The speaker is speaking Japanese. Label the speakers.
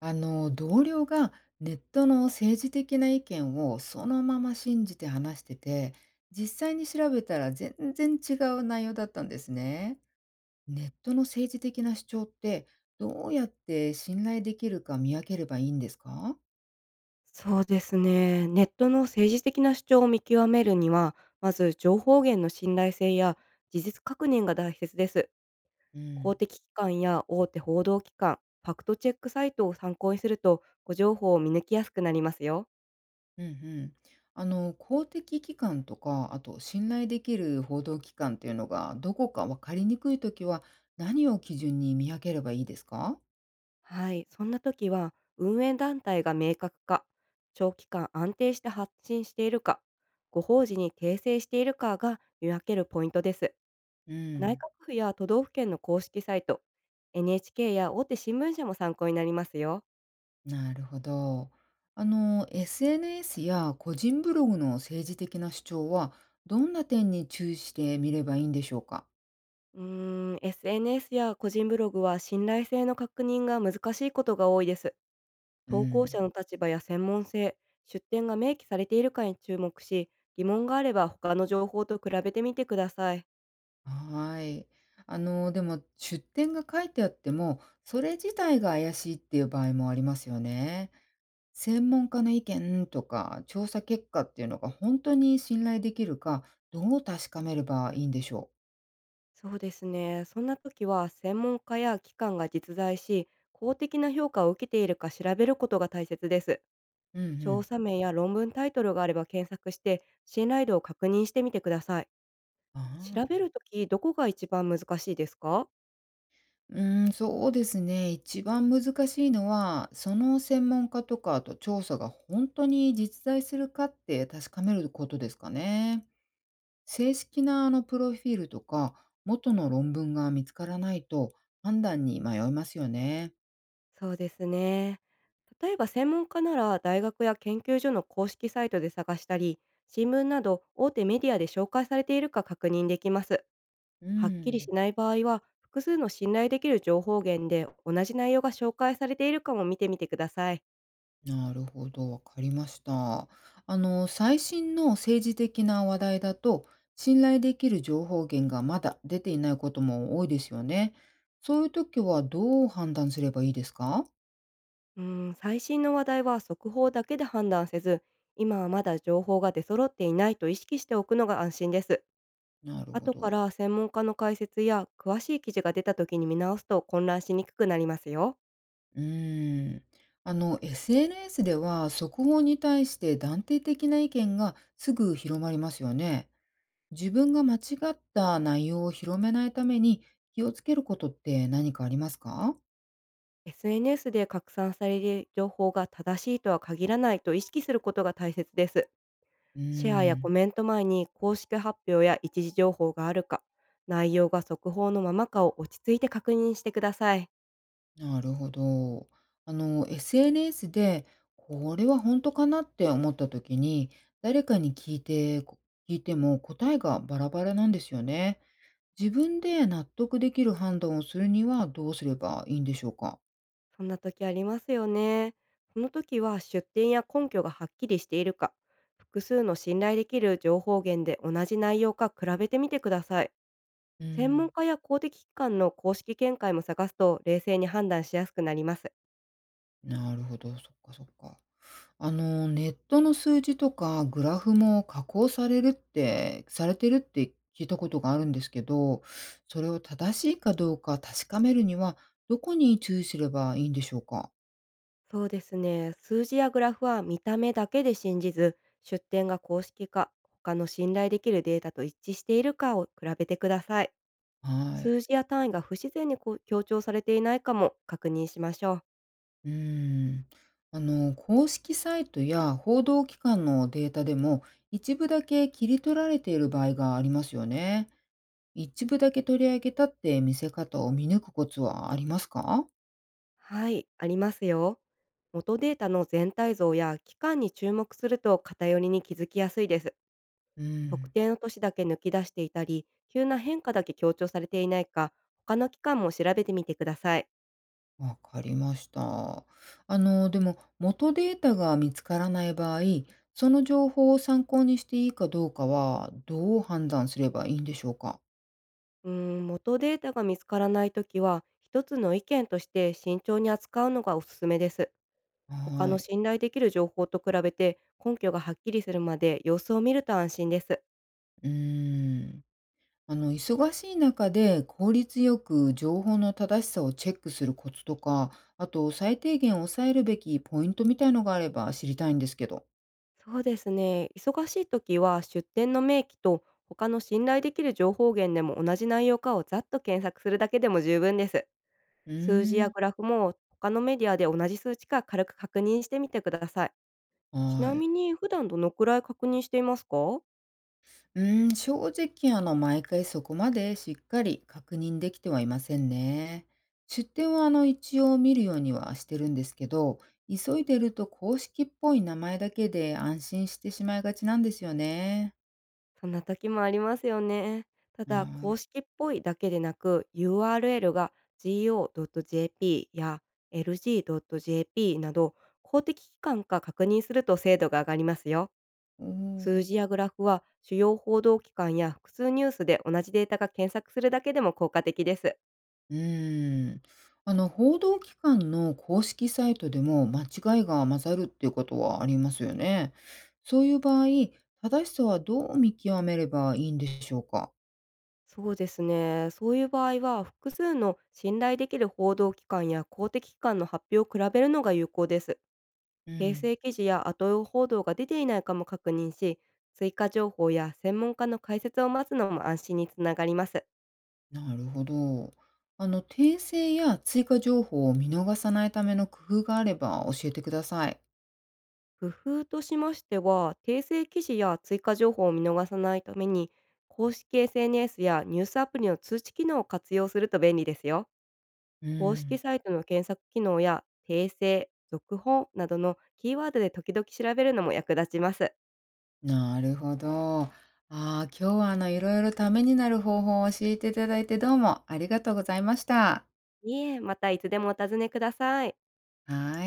Speaker 1: 同僚がネットの政治的な意見をそのまま信じて話してて実際に調べたら全然違う内容だったんですね。ネットの政治的な主張ってどうやって信頼できるか見分ければいいんですか？
Speaker 2: そうですね。ネットの政治的な主張を見極めるには、まず情報源の信頼性や事実確認が大切です。
Speaker 1: う
Speaker 2: 公
Speaker 1: ん。
Speaker 2: 的機関や大手報道機関、ファクトチェックサイトを参考にすると、ご情報を見抜きやすくなりますよ。
Speaker 1: うんうん。公的機関とか、あと信頼できる報道機関っていうのがどこか分かりにくいときは何を基準に見分ければいいですか？
Speaker 2: はい、そんな時は、運営団体が明確か、長期間安定して発信しているか、ご法事に訂正しているかが見分けるポイントです。
Speaker 1: う
Speaker 2: 内閣
Speaker 1: ん。
Speaker 2: 府や都道府県の公式サイト、NHK や大手新聞社も参考になりますよ。
Speaker 1: なるほど。SNS や個人ブログの政治的な主張は、どんな点に注意してみればいいんでしょうか？
Speaker 2: うーん、SNS や個人ブログは信頼性の確認が難しいことが多いです。
Speaker 1: う
Speaker 2: 投稿
Speaker 1: ん。
Speaker 2: 者の立場や専門性、出典が明記されているかに注目し、疑問があれば他の情報と比べてみてください。
Speaker 1: はーい。あの、でも、出典が書いてあっても、それ自体が怪しいっていう場合もありますよね。専門家の意見とか、調査結果っていうのが本当に信頼できるか、どう確かめればいいんでしょ
Speaker 2: そうですね。そんな時は専門家や機関が実在し、公的な評価を受けているか調べることが大切です。
Speaker 1: う？うんう
Speaker 2: 調
Speaker 1: ん。
Speaker 2: 査名や論文タイトルがあれば検索して、信頼度を確認してみてください。
Speaker 1: あ
Speaker 2: 調べ
Speaker 1: あ。
Speaker 2: るとき、どこが一番難しいですか？
Speaker 1: そうですね。一番難しいのは、その専門家とか、あと調査が本当に実在するかって確かめることですかね。正式なプロフィールとか、元の論文が見つからないと判断に迷いますよね。
Speaker 2: そうですね。例えば専門家なら大学や研究所の公式サイトで探したり、新聞など大手メディアで紹介されているか確認できます。
Speaker 1: う
Speaker 2: はっきり
Speaker 1: ん。
Speaker 2: しない場合は、複数の信頼できる情報源で同じ内容が紹介されているかも見てみてください。
Speaker 1: なるほど、わかりました。あの、最新の政治的な話題だと、信頼できる情報源がまだ出ていないことも多いですよね。そういう時はどう判断すればいいですか？
Speaker 2: うーん、最新の話題は速報だけで判断せず、今はまだ情報が出揃っていないと意識しておくのが安心です。
Speaker 1: なるほ
Speaker 2: 後か
Speaker 1: ど。
Speaker 2: ら専門家の解説や詳しい記事が出た時に見直すと混乱しにくくなりますよ。
Speaker 1: うーん。あの、SNS では速報に対して断定的な意見がすぐ広まりますよね。自分が間違った内容を広めないために気をつけることって何かありますか？
Speaker 2: SNS で拡散される情報が正しいとは限らないと意識することが大切です。
Speaker 1: う
Speaker 2: シェアや
Speaker 1: ー
Speaker 2: コ
Speaker 1: ん。
Speaker 2: メント前に公式発表や一時情報があるか、内容が速報のままかを落ち着いて確認してください。
Speaker 1: なるほど。あの、SNS で、これは本当かなって思った時に、誰かに聞いて、聞いても答えがバラバラなんですよね。自分で納得できる判断をするにはどうすればいいんでしょうか？
Speaker 2: そんな時ありますよね。その時は出典や根拠がはっきりしているか、複数の信頼できる情報源で同じ内容か比べてみてください。
Speaker 1: う
Speaker 2: 専門
Speaker 1: ん。
Speaker 2: 家や公的機関の公式見解も探すと冷静に判断しやすくなります。
Speaker 1: なるほど、そっかそっか。あの、ネットの数字とかグラフも加工されるって、されてるって聞いたことがあるんですけど、それを正しいかどうか確かめるには、どこに注意すればいいんでしょうか？
Speaker 2: そうですね。数字やグラフは見た目だけで信じず、出典が公式か、他の信頼できるデータと一致しているかを比べてください。
Speaker 1: はい。
Speaker 2: 数字や単位が不自然にこう強調されていないかも確認しましょう。
Speaker 1: うーん。あの、公式サイトや報道機関のデータでも、一部だけ切り取られている場合がありますよね。一部だけ取り上げたって見せ方を見抜くコツはありますか？
Speaker 2: はい、ありますよ。元データの全体像や期間に注目すると偏りに気づきやすいです。
Speaker 1: う
Speaker 2: 特
Speaker 1: ん。
Speaker 2: 定の年だけ抜き出していたり、急な変化だけ強調されていないか、他の期間も調べてみてください。
Speaker 1: わかりました。あの、でも、元データが見つからない場合、その情報を参考にしていいかどうかは、どう判断すればいいんでしょうか？
Speaker 2: うーん、元データが見つからないときは、一つの意見として慎重に扱うのがおすすめです。他
Speaker 1: は
Speaker 2: の
Speaker 1: い。
Speaker 2: 信頼できる情報と比べて根拠がはっきりするまで様子を見ると安心です。
Speaker 1: うーん。あの、忙しい中で効率よく情報の正しさをチェックするコツとか、あと最低限抑えるべきポイントみたいのがあれば知りたいんですけど。
Speaker 2: そうですね。忙しい時は出店の明記と他の信頼できる情報源でも同じ内容かをざっと検索するだけでも十分です。
Speaker 1: う
Speaker 2: 数字
Speaker 1: ー
Speaker 2: や
Speaker 1: ん。
Speaker 2: グラフも他のメディアで同じ数値か軽く確認してみてください。ちな
Speaker 1: は
Speaker 2: み
Speaker 1: い。
Speaker 2: に普段どのくらい確認していますか？
Speaker 1: 正直毎回そこまでしっかり確認できてはいませんね。出典は一応見るようにはしてるんですけど、急いでると公式っぽい名前だけで安心してしまいがちなんですよね。
Speaker 2: そんな時もありますよね。ただ、
Speaker 1: は
Speaker 2: 公
Speaker 1: い。
Speaker 2: 式っぽいだけでなく URL が go.jp や lg.jp など公的機関か確認すると精度が上がりますよ。
Speaker 1: お
Speaker 2: 数
Speaker 1: ー。
Speaker 2: 字やグラフは主要報道機関や複数ニュースで同じデータが検索するだけでも効果的です。
Speaker 1: うーん。あの、報道機関の公式サイトでも間違いが混ざるっていうことはありますよね。そういう場合、正しさはどう見極めればいいんでしょうか。
Speaker 2: そうですね。そういう場合は複数の信頼できる報道機関や公的機関の発表を比べるのが有効です。
Speaker 1: う
Speaker 2: 訂
Speaker 1: ん。
Speaker 2: 正記事や後用報道が出ていないかも確認し、追加情報や専門家の解説を待つのも安心につながります。
Speaker 1: なるほど。あの、訂正や追加情報を見逃さないための工夫があれば教えてください。
Speaker 2: 工夫としましては、訂正記事や追加情報を見逃さないために、公式 SNS やニュースアプリの通知機能を活用すると便利ですよ。
Speaker 1: う
Speaker 2: 公式
Speaker 1: ん、
Speaker 2: サイトの検索機能や訂正、続報などのキーワードで時々調べるのも役立ちます。
Speaker 1: なるほど。ああ、今日はいろいろためになる方法を教えていただいてどうもありがとうございました。
Speaker 2: いいえ、またいつでもお尋ねください。
Speaker 1: はーい。